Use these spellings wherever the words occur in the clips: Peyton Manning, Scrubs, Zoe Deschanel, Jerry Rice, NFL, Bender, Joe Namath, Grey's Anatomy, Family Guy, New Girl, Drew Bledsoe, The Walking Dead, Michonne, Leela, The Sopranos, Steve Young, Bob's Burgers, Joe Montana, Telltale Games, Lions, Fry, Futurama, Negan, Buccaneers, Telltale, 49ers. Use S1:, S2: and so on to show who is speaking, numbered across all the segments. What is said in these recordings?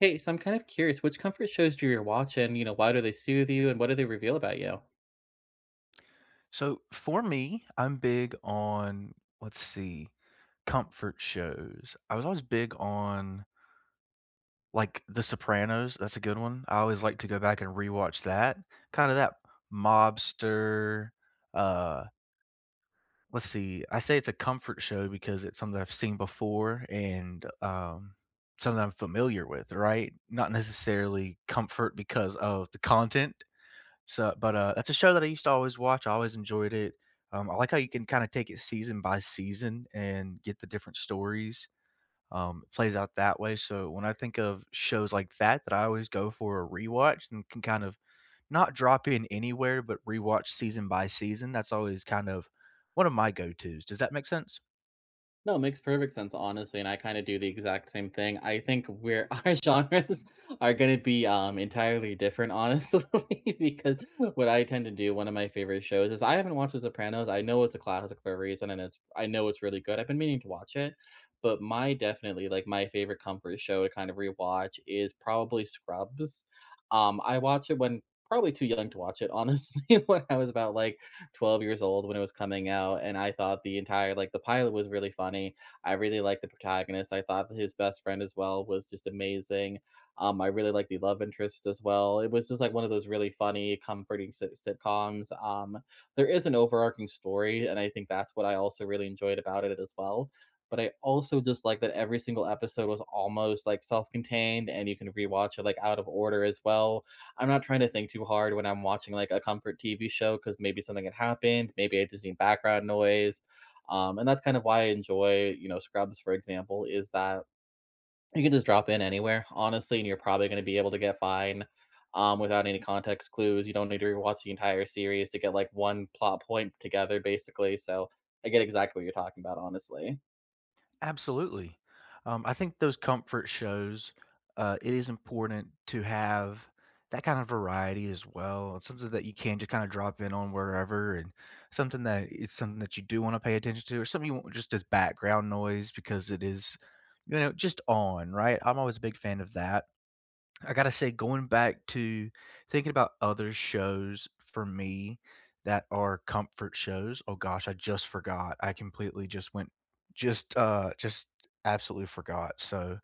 S1: Hey, so I'm kind of curious, which comfort shows do you watch and, you know, why do they soothe you and what do they reveal about you?
S2: So for me, I'm big on let's see, comfort shows. I was always big on like The Sopranos. That's a good one. I always like to go back and rewatch that. Kind of that mobster. Uh, let's see. I say it's a comfort show because it's something I've seen before and something I'm familiar with. Right? Not necessarily comfort because of the content, so, but that's a show that I used to always watch, I always enjoyed it. I like how you can kinda take it season by season and get the different stories, it plays out that way, so when I think of shows like that I always go for a rewatch and can kind of not drop in anywhere, but rewatch season by season, that's always kind of one of my go-tos. Does that make sense?
S1: No, it makes perfect sense, honestly, and I kinda do the exact same thing. I think where our genres are gonna be, entirely different, honestly, because what I tend to do one of my favorite shows is I haven't watched The Sopranos. I know it's a classic for a reason, and it's I know it's really good. I've been meaning to watch it, but my definitely, like, my favorite comfort show to kind of rewatch is probably Scrubs. I watched it when probably too young to watch it, honestly, when I was about, like, 12 years old when it was coming out, and I thought the entire like the pilot was really funny. I really liked the protagonist. I thought that his best friend as well was just amazing. I really liked the love interest as well. It was just like one of those really funny, comforting sitcoms. There is an overarching story, and I think that's what I also really enjoyed about it as well. But I also just like that every single episode was almost like self-contained, and you can rewatch it like out of order as well. I'm not trying to think too hard when I'm watching like a comfort TV show, because maybe something had happened, maybe I just need background noise. And that's kind of why I enjoy, you know, Scrubs, for example, is that you can just drop in anywhere, honestly, and you're probably going to be able to get fine without any context clues. You don't need to rewatch the entire series to get like one plot point together, basically. So I get exactly what you're talking about, honestly.
S2: Absolutely. I think those comfort shows, it is important to have that kind of variety as well. It's something that you can just kind of drop in on wherever and something that it's something that you do want to pay attention to or something you want just as background noise because it is, you know, just on, right? I'm always a big fan of that. I gotta say, going back to thinking about other shows for me that are comfort shows. Oh gosh, I just forgot. I completely just went, just absolutely forgot. So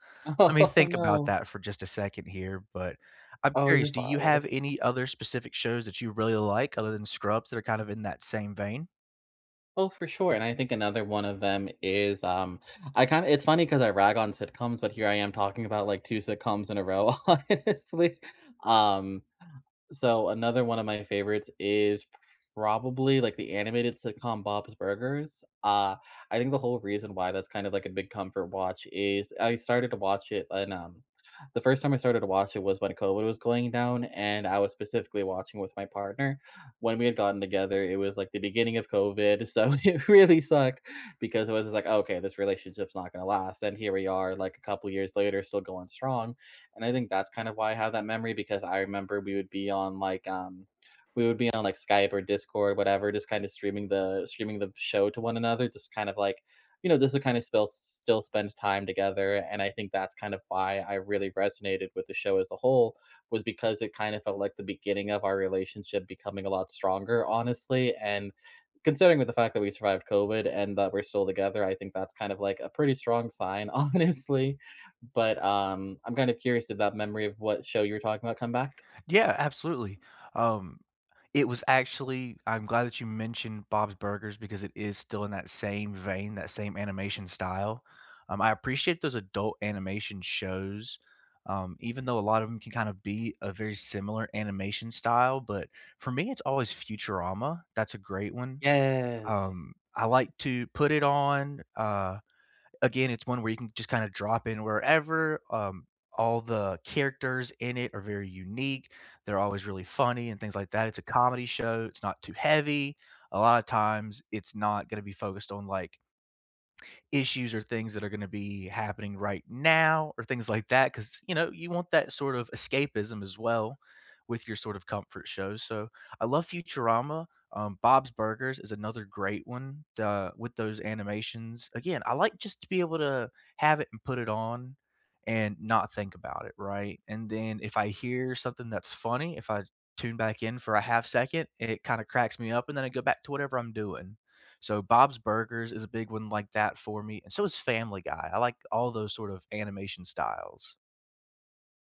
S2: let me
S1: Oh,
S2: think about
S1: no.
S2: that for just a second here. But I'm
S1: Oh, you're
S2: curious, do you have
S1: fine.
S2: any other specific shows that you really like other than Scrubs that are kind of in that same vein?
S1: Oh, for sure, and I think another one of them is, I kinda it's funny because I rag on sitcoms, but here I am talking about, like, two sitcoms in a row, honestly. Um, so another one of my favorites is probably like the animated sitcom Bob's Burgers. I think the whole reason why that's kind of like a big comfort watch is I started to watch it, and the first time I started to watch it was when COVID was going down, and I was specifically watching with my partner. When we had gotten together, it was like the beginning of COVID. So it really sucked because it was just like, okay, this relationship's not gonna last. And here we are, like a couple years later, still going strong, and I think that's kind of why I have that memory, because I remember we would be on like we would be on like Skype or Discord, whatever, just kind of streaming the show to one another, just kind of like you know, just to kind of still spend time together. And I think that's kind of why I really resonated with the show as a whole was because it kind of felt like the beginning of our relationship becoming a lot stronger, honestly. And considering with the fact that we survived COVID and that we're still together, I think that's kind of like a pretty strong sign, honestly. But, I'm kind of curious, if that memory of what show you were talking about come back?
S2: Yeah, absolutely. Um, it was actually I'm glad that you mentioned Bob's Burgers because it is still in that same vein, that same animation style. I appreciate those adult animation shows, even though a lot of them can kind of be a very similar animation style. But for me, it's always Futurama. That's a great one.
S1: Yes.
S2: I like to put it on. Again, it's one where you can just kind of drop in wherever. All the characters in it are very unique. They're always really funny and things like that. It's a comedy show. It's not too heavy. A lot of times, it's not going to be focused on like issues or things that are going to be happening right now or things like that because you know you want that sort of escapism as well with your sort of comfort shows so I love Futurama. Bob's Burgers is another great one with those animations again I like just to be able to have it and put it on and not think about it right and then if I hear something that's funny if I tune back in for a half second it kind of cracks me up and then I go back to whatever I'm doing so Bob's Burgers is a big one like that for me, and so is Family Guy. I like all those sort of animation styles.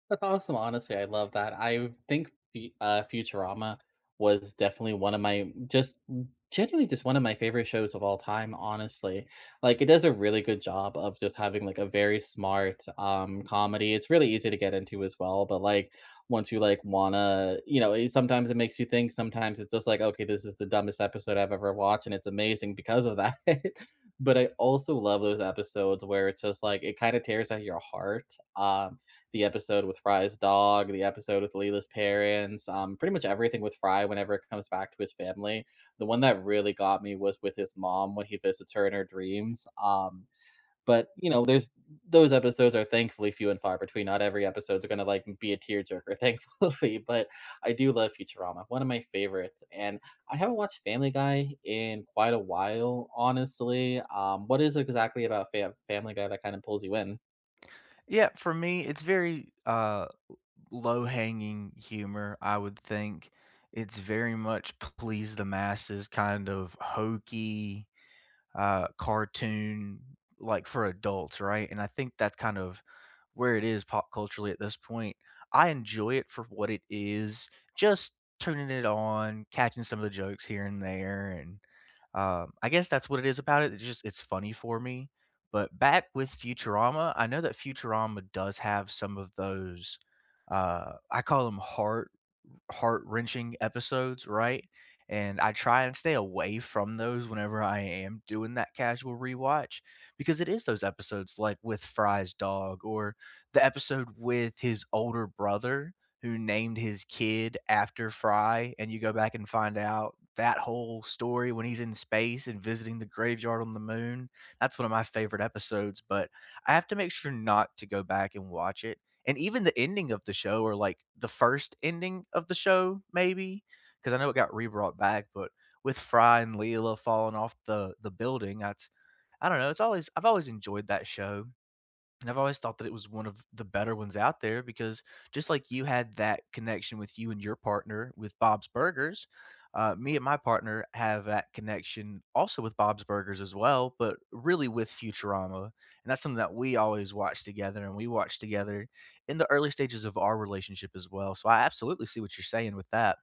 S1: That's awesome. Honestly, I love that. I think Futurama was definitely one of my just genuinely just one of my favorite shows of all time. Honestly, like it does a really good job of just having like a very smart comedy. It's really easy to get into as well, but like once you like wanna, you know, sometimes it makes you think. Sometimes it's just like, okay, this is the dumbest episode I've ever watched, and it's amazing because of that. But I also love those episodes where it's just like it kind of tears at your heart. The episode with Fry's dog, the episode with Leela's parents, pretty much everything with Fry whenever it comes back to his family. The one that really got me was with his mom when he visits her in her dreams. But you know, there's those episodes are thankfully few and far between. Not every episode's gonna like be a tearjerker, thankfully. But I do love Futurama, one of my favorites, and I haven't watched Family Guy in quite a while, honestly. What is it exactly about Family Guy that kind of pulls you in?
S2: Yeah, for me, it's very low-hanging humor, I would think. It's very much please the masses, kind of hokey, cartoon like for adults, right? And I think that's kind of where it is pop culturally at this point. I enjoy it for what it is, just turning it on, catching some of the jokes here and there, and I guess that's what it is about it. It's just it's funny for me. But back with Futurama, I know that Futurama does have some of those. I call them heart wrenching episodes, right? And I try and stay away from those whenever I am doing that casual rewatch because it is those episodes like with Fry's dog or the episode with his older brother who named his kid after Fry. And you go back and find out that whole story when he's in space and visiting the graveyard on the moon. That's one of my favorite episodes, but I have to make sure not to go back and watch it and even the ending of the show or like the first ending of the show maybe because I know it got rebrought back but with Fry and Leela falling off the building, that's, I don't know, it's always I've always enjoyed that show and I've always thought that it was one of the better ones out there because just like you had that connection with you and your partner with Bob's Burgers, me and my partner have that connection also with Bob's Burgers as well, but really with Futurama. And that's something that we always watch together and we watch together in the early stages of our relationship as well. So I absolutely see what you're saying with that.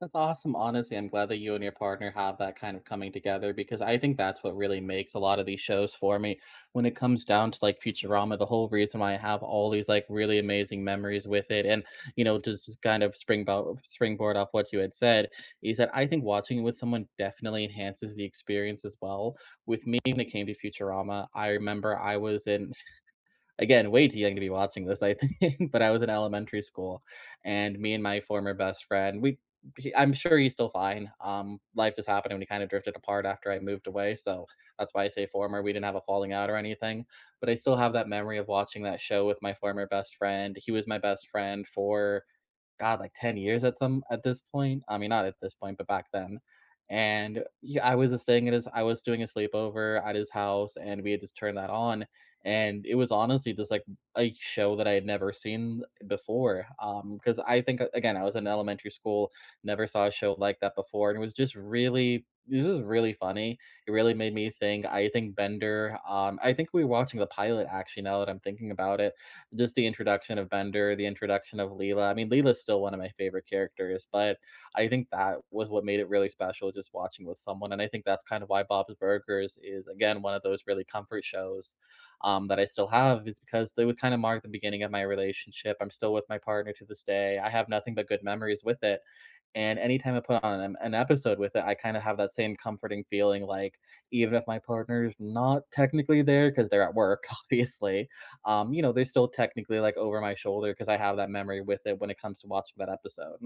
S1: That's awesome. Honestly, I'm glad that you and your partner have that kind of coming together, because I think that's what really makes a lot of these shows for me. When it comes down to like Futurama, the whole reason why I have all these like really amazing memories with it, and you know, just to kind of springboard off what you had said, is that I think watching it with someone definitely enhances the experience as well. With me, when it came to Futurama, I remember I was in again way too young to be watching this I think but I was in elementary school, and me and my former best friend we I'm sure he's still fine life just happened and we kind of drifted apart after I moved away, so that's why I say former. We didn't have a falling out or anything, but I still have that memory of watching that show with my former best friend. He was my best friend for God, like 10 years at some at this point. I mean, not at this point, but back then. And yeah, I was just staying at his I was doing a sleepover at his house, and we had just turned that on. And it was honestly just like a show that I had never seen before. Because I think again, I was in elementary school, never saw a show like that before, and it was just really it was really funny. It really made me think. I think Bender, I think we were watching the pilot, actually, now that I'm thinking about it, just the introduction of Bender, the introduction of Leela. I mean, Leela's still one of my favorite characters, but I think that was what made it really special just watching with someone. And I think that's kind of why Bob's Burgers is, again, one of those really comfort shows that I still have, is because they would kind of mark the beginning of my relationship. I'm still with my partner to this day. I have nothing but good memories with it. And anytime I put on an episode with it, I kind of have that same comforting feeling like, even if my partner's not technically there because they're at work, obviously, you know, they're still technically like over my shoulder, because I have that memory with it when it comes to watching that episode.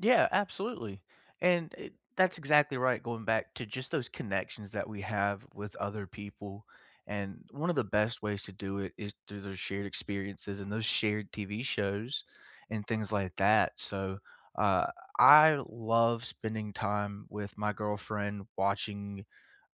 S2: Yeah, absolutely. And it, that's exactly right. Going back to just those connections that we have with other people. And one of the best ways to do it is through those shared experiences and those shared TV shows and things like that. So uh, I love spending time with my girlfriend watching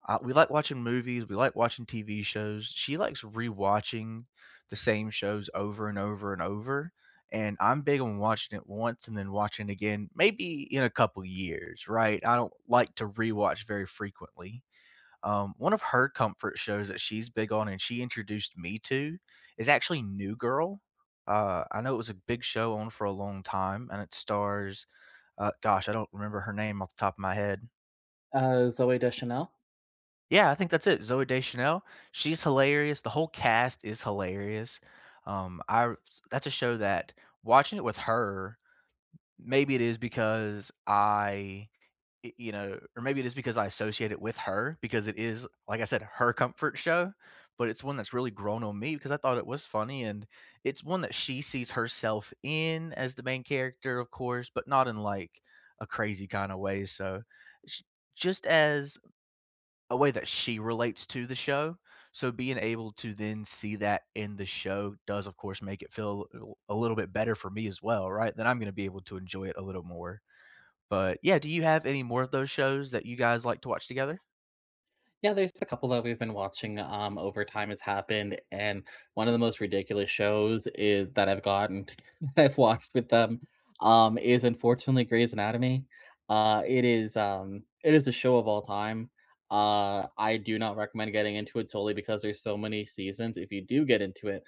S2: we like watching movies, we like watching TV shows. She likes rewatching the same shows over and over and over, and I'm big on watching it once and then watching it again, maybe in a couple years, right? I don't like to rewatch very frequently. One of her comfort shows that she's big on and she introduced me to is actually New Girl. I know it was a big show on for a long time, and it stars, gosh, I don't remember her name off the top of my head,
S1: Zoe Deschanel.
S2: Yeah, I think that's it. Zoe Deschanel, she's hilarious. The whole cast is hilarious. I that's a show that watching it with her, maybe it is because I, you know, or maybe it is because I associate it with her because it is, like I said, her comfort show. But it's one that's really grown on me because I thought it was funny, and it's one that she sees herself in as the main character, of course, but not in like a crazy kind of way. So, sh- just as a way that she relates to the show, so being able to then see that in the show does, of course, make it feel a little bit better for me as well, right? Then I'm gonna be able to enjoy it a little more. But, yeah, do you have any more of those shows that you guys like to watch together?
S1: Yeah, there's a couple that we've been watching over time has happened, and one of the most ridiculous shows is that I've gotten that I've watched with them is unfortunately Grey's Anatomy. It is it is the show of all time. I do not recommend getting into it solely because there's so many seasons. If you do get into it,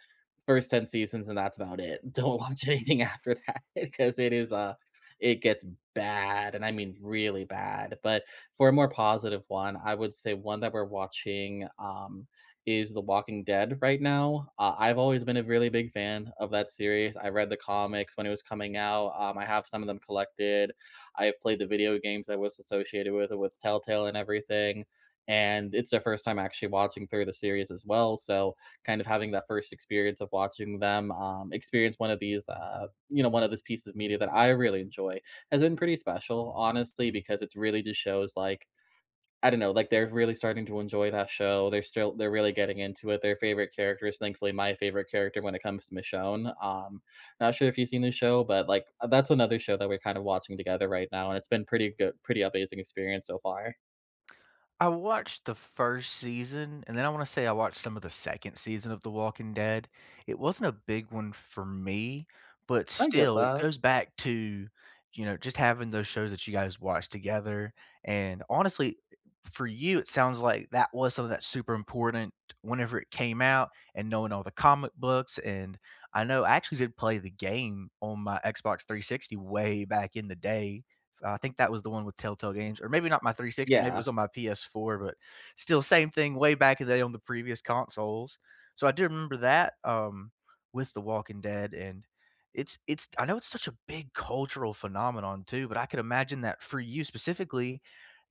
S1: first 10 seasons and that's about it. Don't watch anything after that because it is it gets bad, and I mean really bad. But for a more positive one, I would say one that we're watching, is The Walking Dead right now. I've always been a really big fan of that series. I read the comics when it was coming out. I have some of them collected. I have played the video games that was associated with it with Telltale and everything. And it's their first time actually watching through the series as well. So kind of having that first experience of watching them experience one of these, you know, one of these pieces of media that I really enjoy has been pretty special, honestly, because it's really just shows like I don't know, like they're really starting to enjoy that show. They're really getting into it. Their favorite character is thankfully my favorite character when it comes to Michonne. Not sure if you've seen the show, but like that's another show that we're kind of watching together right now, and it's been pretty good, pretty amazing experience so far.
S2: I watched the first season, and then I wanna say I watched some of the second season of The Walking Dead. It wasn't a big one for me, but
S1: I get
S2: still, it
S1: that.
S2: goes back to, you know, just having those shows that you guys watch together, and honestly, for you, it sounds like that was something that's super important whenever it came out and knowing all the comic books, and I know I actually did play the game on my Xbox 360 way back in the day, I think that was the one with Telltale Games, or maybe not my 360, maybe it
S1: Yeah.
S2: was on my PS4, but still same thing way back in the day on the previous consoles. So I do remember that, with The Walking Dead, and it's I know it's such a big cultural phenomenon too, but I could imagine that for you specifically,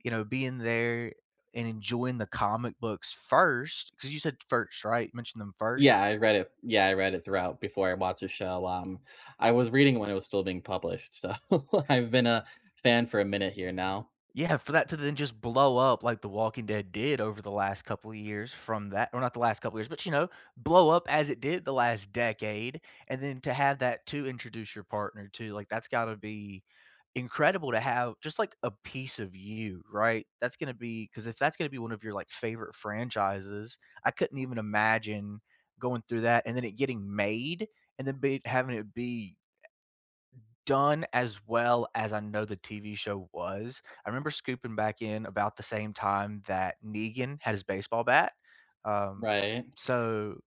S2: you know, being there and enjoying the comic books first, because you said first, right? You mentioned them first.
S1: Yeah, I read it throughout before I watched the show. I was reading it when it was still being published, so I've been a fan for a minute here now.
S2: Yeah, for that to then just blow up like The Walking Dead did over the last couple of years from that or not the last couple of years, but, you know, blow up as it did the last decade, and then to have that to introduce your partner to, like, that's gotta be incredible to have just, like, a piece of you, right? That's gonna be because if that's gonna be one of your, like, favorite franchises, I couldn't even imagine going through that and then it getting made and then be having it be done as well as I know the TV show was. I remember scooping back in about the same time that Negan had his baseball bat. Um,
S1: Right.
S2: so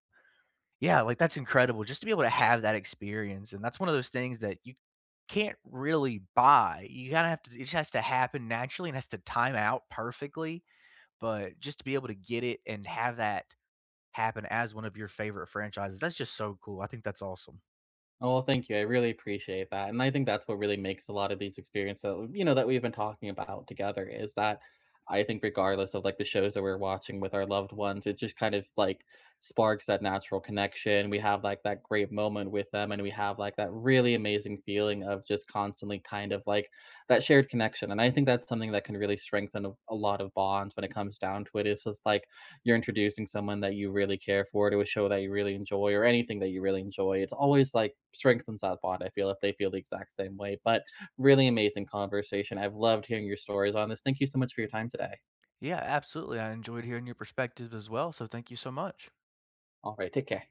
S2: yeah, like that's incredible just to be able to have that experience. And that's one of those things that you can't really buy. You kind of have to, it just has to happen naturally and has to time out perfectly. But just to be able to get it and have that happen as one of your favorite franchises, that's just so cool. I think that's awesome.
S1: Oh, well, thank you. I really appreciate that. And I think that's what really makes a lot of these experiences, that, you know, that we've been talking about together, is that I think regardless of like the shows that we're watching with our loved ones, it just kind of like sparks that natural connection. We have like that great moment with them, and we have like that really amazing feeling of just constantly kind of like that shared connection. And I think that's something that can really strengthen a lot of bonds when it comes down to it. It's just like you're introducing someone that you really care for to a show that you really enjoy or anything that you really enjoy, it's always like strengthens that bond. I feel if they feel the exact same way. But really amazing conversation. I've loved hearing your stories on this. Thank you so much for your time today.
S2: Yeah, absolutely. I enjoyed hearing your perspective as well. So thank you so much.
S1: All right, take care.